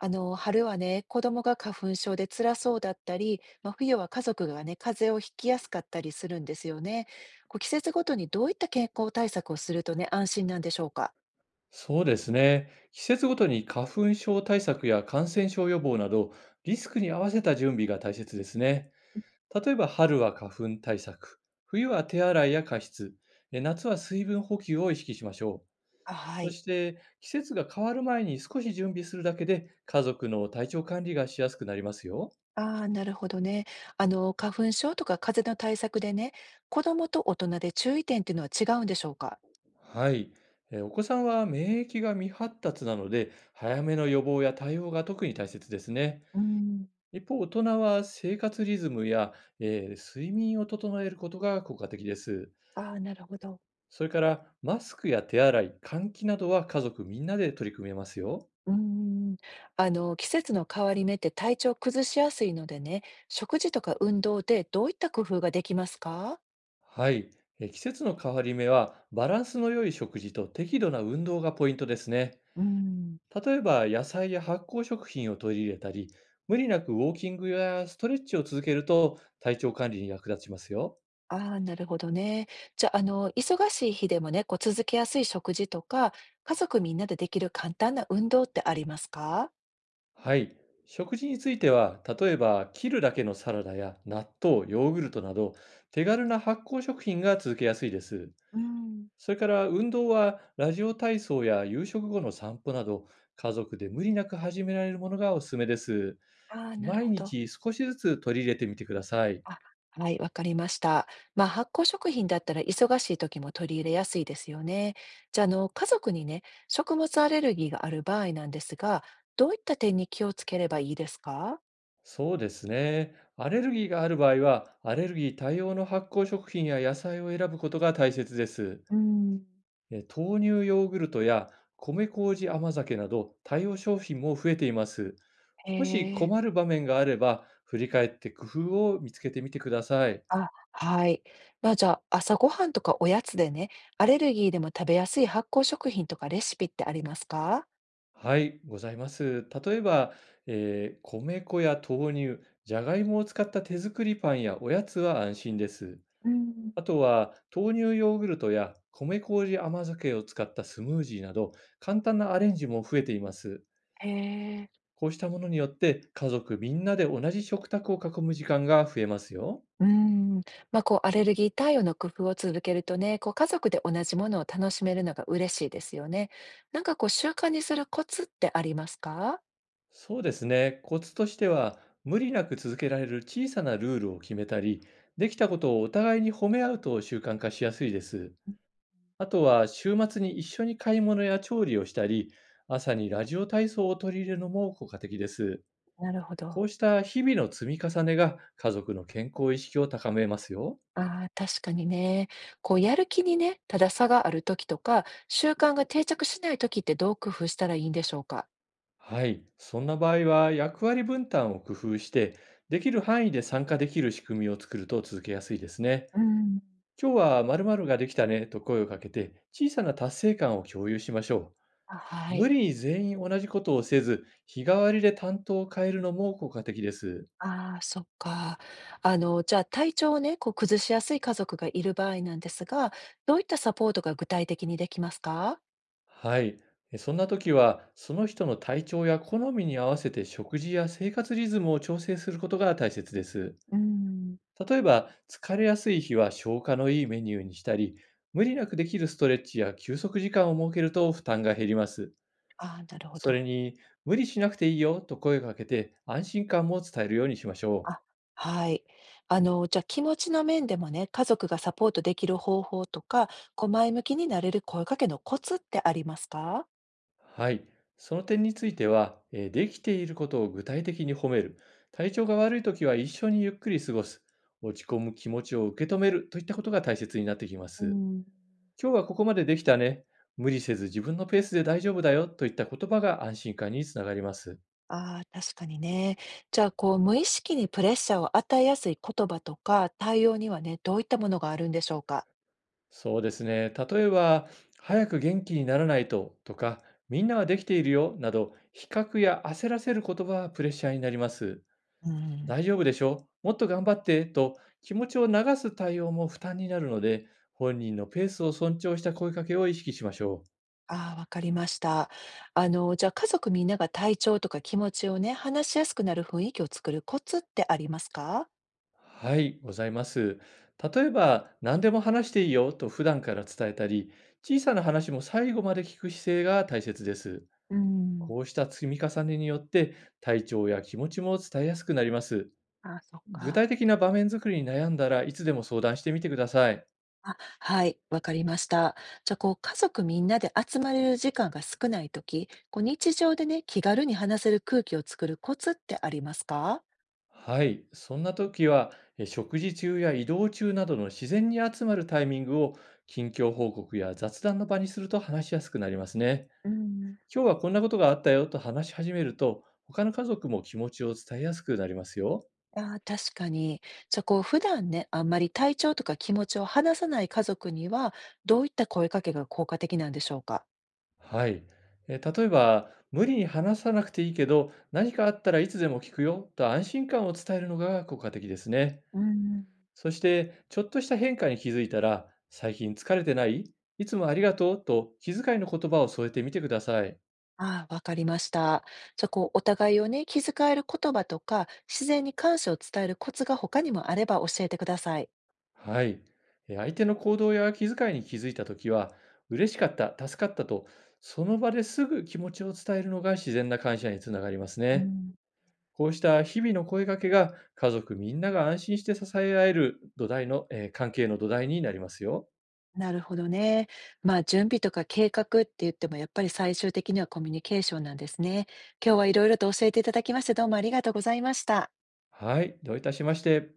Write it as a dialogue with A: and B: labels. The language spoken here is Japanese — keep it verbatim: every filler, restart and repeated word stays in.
A: あの、春はね、子供が花粉症で辛そうだったり、まあ、冬は家族がね、風邪をひきやすかったりするんですよね。こう季節ごとにどういった健康対策をするとね、安心なんでしょうか。
B: そうですね。季節ごとに花粉症対策や感染症予防など、リスクに合わせた準備が大切ですね。例えば、春は花粉対策、冬は手洗いや加湿、え夏は水分補給を意識しましょう。
A: は
B: そ
A: い。
B: して、季節が変わる前に少し準備するだけで、家族の体調管理がしやすくなりますよ。
A: ああ、なるほどね。あの、花粉症とか風邪の対策でね、子供と大人で注意点っていうのは違うんでしょうか。
B: はい。えーお子さんは免疫が未発達なので、早めの予防や対応が特に大切ですね。
A: うん。
B: 一方、大人は生活リズムや、えー睡眠を整えることが効果的です。
A: ああ、なるほど。
B: それから、マスクや手洗い、換気などは家族みんなで取り組めますよ。
A: うん、あの、季節の変わり目って体調崩しやすいのでね、食事とか運動でどういった工夫ができますか。
B: はい。えー季節の変わり目は、バランスの良い食事と適度な運動がポイントですね。
A: うん。
B: 例えば野菜や発酵食品を取り入れたり、無理なくウォーキングやストレッチを続けると体調管理に役立ちますよ。
A: ああ、なるほどね。じゃあ、あの、忙しい日でもね、こう続けやすい食事とか、家族みんなでできる簡単な運動ってありますか？
B: はい。食事については、例えば切るだけのサラダや納豆、ヨーグルトなど手軽な発酵食品が続けやすいです。
A: うん。
B: それから運動はラジオ体操や夕食後の散歩など家族で無理なく始められるものがおすすめです。
A: ああ、なる
B: 毎
A: ほど。
B: 日少しずつ取り入れてみてください。
A: あ、はい、わかりました。まあ、発酵食品だったら忙しい時も取り入れやすいですよね。じゃあ、あの、家族にね、食物アレルギーがある場合なんですが、どういった点に気をつければいいですか？
B: そうですね。アレルギーがある場合は、アレルギー対応の発酵食品や野菜を選ぶことが大切です。
A: うーん。
B: え豆乳ヨーグルトや米麹甘酒など対応商品も増えています。
A: へ
B: もし
A: え。
B: 困る場面があれば、振り返って工夫を見つけてみてください。
A: あ、はい。まあ、じゃあ、朝ごはんとかおやつでね、アレルギーでも食べやすい発酵食品とかレシピってありますか？
B: はい、ございます。例えば、えー米粉や豆乳、じゃがいもを使った手作りパンやおやつは安心です。
A: うん。
B: あとは豆乳ヨーグルトや米麹甘酒を使ったスムージーなど、簡単なアレンジも増えています。
A: へえ、
B: こうしたものによって家族みんなで同じ食卓を囲む時間が増えますよ。
A: うん。ま、こうアレルギー対応の工夫を続けるとね、こう家族で同じものを楽しめるのが嬉しいですよね。なんかこう習慣にするコツってありますか？
B: そうですね。コツとしては、無理なく続けられる小さなルールを決めたり、できたことをお互いに褒め合うと習慣化しやすいです。あとは週末に一緒に買い物や調理をしたり、朝にラジオ体操を取り入れるのも効果的です。
A: なるほど。
B: こうした日々の積み重ねが家族の健康意識を高めますよ。
A: ああ、確かにね。こうやる気にね、ただ差がある時とか、習慣が定着しない時ってどう工夫したらいいんでしょうか？
B: はい。そんな場合は役割分担を工夫して、できる範囲で参加できる仕組みを作ると続けやすいですね。
A: うん。
B: 今日は〇〇ができたねと声をかけて、小さな達成感を共有しましょ
A: あ、は
B: う。無
A: い。
B: 理に全員同じことをせず、日替わりで担当を変えるのも効果的です。
A: ああ、そっか。あの、じゃあ体調をね、こう崩しやすい家族がいる場合なんですが、どういったサポートが具体的にできますか？
B: はい。えそんな時は、その人の体調や好みに合わせて食事や生活リズムを調整することが大切です。
A: うーん。
B: 例えば、疲れやすい日は消化のいいメニューにしたり、無理なくできるストレッチや休息時間を設けると負担が減ります。
A: ああ、なるほ
B: それ
A: ど。
B: に、無理しなくていいよと声をかけて安心感も伝えるようにしましょ
A: あ、はい。あの、じゃあ気持ちの面でもね、家族がサポートできる方法とか、こう前向きになれる声かけのコツってありますか？
B: う。はい。その点については、えーできていることを具体的に褒める、体調が悪い時は一緒にゆっくり過ごす、落ち込む気持ちを受け止めるといったことが大切になってきま
A: うー
B: す。
A: ん。
B: 今日はここまでできたね。無理せず自分のペースで大丈夫だよといった言葉が安心感につながります。
A: ああ、確かにね。じゃあ、こう無意識にプレッシャーを与えやすい言葉とか、対応にはね、どういったものがあるんでしょうか？
B: そうですね。例えば、早く元気にならないととか、みんなはできているよなど、比較や焦らせる言葉はプレッシャーになります。
A: うーん。
B: 大丈夫でしょもっと頑張ってと気持ちを流す対応も負担になるので、本人のペースを尊重した声かけを意識しましょ
A: ああ、わかりました。あの、じゃあ家族みんなが体調とか気持ちをね、話しやすくなる雰囲気を作るコツってありますか？
B: う。はい、ございます。例えば、何でも話していいよと普段から伝えたり、小さな話も最後まで聞く姿勢が大切です。
A: うーん、
B: こうした積み重ねによって体調や気持ちも伝えやすくなります。
A: あ、そっ
B: 具
A: か。
B: 体的な場面作りに悩んだらいつでも相談してみてください。
A: あ、はい、わかりました。じゃあ、こう、家族みんなで集まれる時間が少ないとき、こう、日常でね、気軽に話せる空気を作るコツってありますか？
B: はい、そんな時はえ食事中や移動中などの自然に集まるタイミングを近況報告や雑談の場にすると話しやすくなりますね。
A: うーん。
B: 今日はこんなことがあったよと話し始めると他の家族も気持ちを伝えやすくなりますよ。
A: あー確かに。じゃあ、こう、普段ね、あんまり体調とか気持ちを話さない家族には、どういった声かけが効果的なんでしょうか？
B: はい。えー例えば、無理に話さなくていいけど、何かあったらいつでも聞くよと安心感を伝えるのが効果的ですね。
A: うん。
B: そして、ちょっとした変化に気づいたら、最近疲れてないいつもありがとうと気遣いの言葉を添えてみてください。
A: ああ、わかりました。じゃあ、こう、お互いをね、気遣える言葉とか、自然に感謝を伝えるコツが他にもあれば教えてください。
B: はい。えー相手の行動や気遣いに気づいたときは、嬉しかった、助かったと、その場ですぐ気持ちを伝えるのが自然な感謝につながります
A: う
B: ね。
A: ん、
B: こうした日々の声掛けが、家族みんなが安心して支え合える土台の、えー関係の土台になりますよ。
A: なるほどね。まあ、準備とか計画って言っても、やっぱり最終的にはコミュニケーションなんですね。今日はいろいろと教えていただきまして、どうもありがとうございました。
B: はい、どういたしまして。